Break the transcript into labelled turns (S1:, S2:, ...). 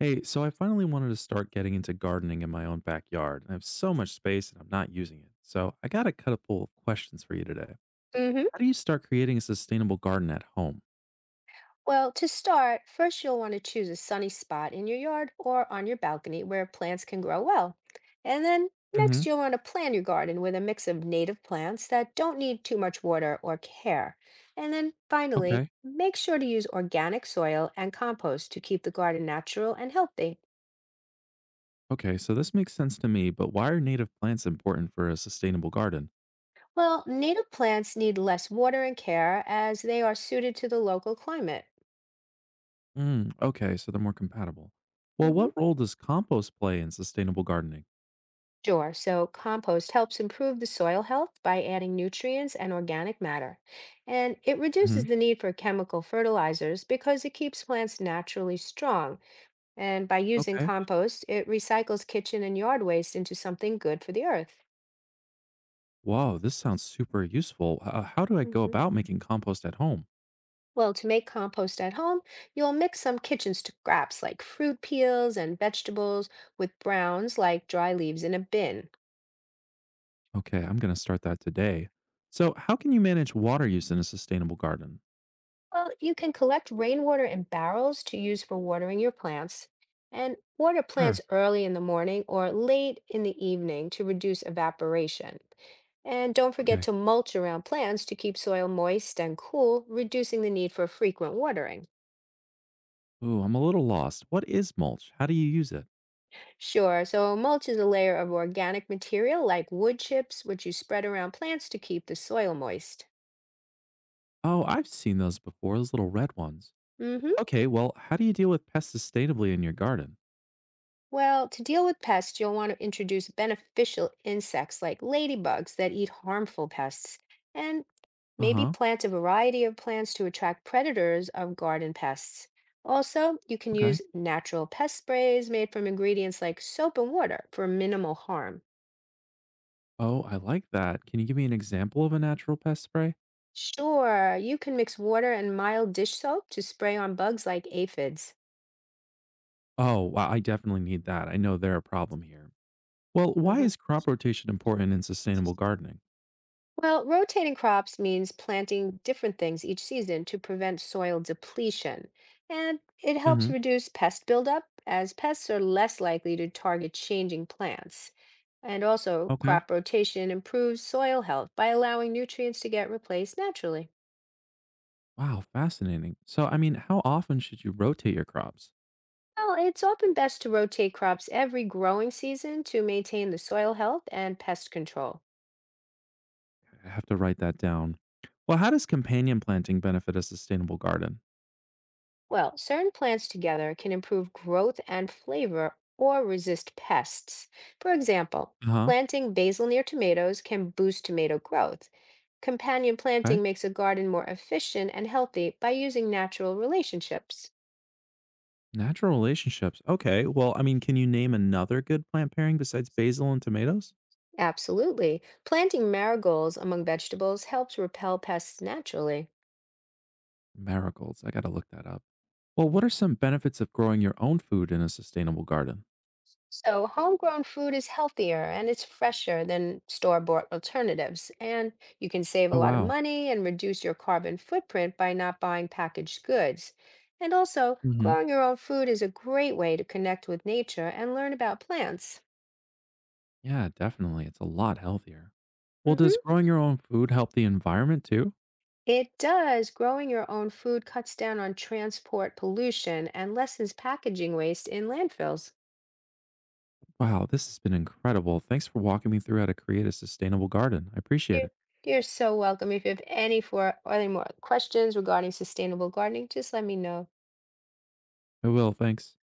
S1: Hey, so I finally wanted to start getting into gardening in my own backyard. I have so much space and I'm not using it. So I got a couple of questions for you today.
S2: Mm-hmm.
S1: How do you start creating a sustainable garden at home?
S2: Well, to start, first you'll want to choose a sunny spot in your yard or on your balcony where plants can grow well. And then
S1: hmm
S2: next, you'll want to plan your garden with a mix of native plants that don't need too much water or care. And then finally,
S1: Okay.
S2: make sure to use organic soil and compost to keep the garden natural and healthy.
S1: Okay, so this makes sense to me, but why are native plants important for a sustainable garden?
S2: Well, native plants need less water and care as they are suited to the local climate.
S1: Mm, okay, so they're more compatible. Well,
S2: Mm-hmm.
S1: what role does compost play in sustainable gardening?
S2: Sure. So compost helps improve the soil health by adding nutrients and organic matter. And it reduces
S1: hmm
S2: the need for chemical fertilizers because it keeps plants naturally strong. And by using
S1: Okay.
S2: compost, it recycles kitchen and yard waste into something good for the earth.
S1: Wow, this sounds super useful. How do I go
S2: Mhm.
S1: about making compost at home?
S2: Well, to make compost at home, you'll mix some kitchen scraps like fruit peels and vegetables with browns like dry leaves in a bin.
S1: Okay, I'm going to start that today. So, how can you manage water use in a sustainable garden?
S2: Well, you can collect rainwater in barrels to use for watering your plants, and water plants
S1: Sure.
S2: early in the morning or late in the evening to reduce evaporation. And don't forget
S1: Okay.
S2: to mulch around plants to keep soil moist and cool, reducing the need for frequent watering.
S1: Ooh, I'm a little lost. What is mulch? How do you use it?
S2: Sure, so mulch is a layer of organic material like wood chips, which you spread around plants to keep the soil moist.
S1: Oh, I've seen those before, those little red ones.
S2: Hmm.
S1: Okay, well, how do you deal with pests sustainably in your garden?
S2: Well, to deal with pests, you'll want to introduce beneficial insects like ladybugs that eat harmful pests, and
S1: Uh
S2: maybe
S1: huh.
S2: plant a variety of plants to attract predators of garden pests. Also, you can
S1: Okay.
S2: use natural pest sprays made from ingredients like soap and water for minimal harm.
S1: Oh, I like that. Can you give me an example of a natural pest spray?
S2: Sure, you can mix water and mild dish soap to spray on bugs like aphids.
S1: Oh, wow, I definitely need that. I know they're a problem here. Well, why
S2: Mhm.
S1: is crop rotation important in sustainable gardening?
S2: Well, rotating crops means planting different things each season to prevent soil depletion. And it
S1: Mm hmm.
S2: helps reduce pest buildup, as pests are less likely to target changing plants. And also,
S1: Okay.
S2: crop rotation improves soil health by allowing nutrients to get replaced naturally.
S1: Wow, fascinating. So, how often should you rotate your crops?
S2: Well, it's often best to rotate crops every growing season to maintain the soil health and pest control.
S1: I have to write that down. Well, how does companion planting benefit a sustainable garden?
S2: Well, certain plants together can improve growth and flavor or resist pests. For example,
S1: Uh huh.
S2: planting basil near tomatoes can boost tomato growth. Companion
S1: Okay.
S2: planting makes a garden more efficient and healthy by using natural relationships.
S1: Natural relationships. Okay. Well, can you name another good plant pairing besides basil and tomatoes?
S2: Absolutely. Planting marigolds among vegetables helps repel pests naturally.
S1: Marigolds. I got to look that up. Well, what are some benefits of growing your own food in a sustainable garden?
S2: So, homegrown food is healthier and it's fresher than store-bought alternatives. And you can save a
S1: Oh,
S2: lot of
S1: wow.
S2: money and reduce your carbon footprint by not buying packaged goods. And also,
S1: hmm
S2: growing your own food is a great way to connect with nature and learn about plants.
S1: Yeah, definitely. It's a lot healthier. Well, does
S2: Hmm.
S1: growing your own food help the environment too?
S2: It does. Growing your own food cuts down on transport pollution and lessens packaging waste in landfills.
S1: Wow, this has been incredible. Thanks for walking me through how to create a sustainable garden. I appreciate
S2: You're,
S1: it.
S2: you're so welcome. If you have any for any more questions regarding sustainable gardening, just let me know.
S1: I will. Thanks.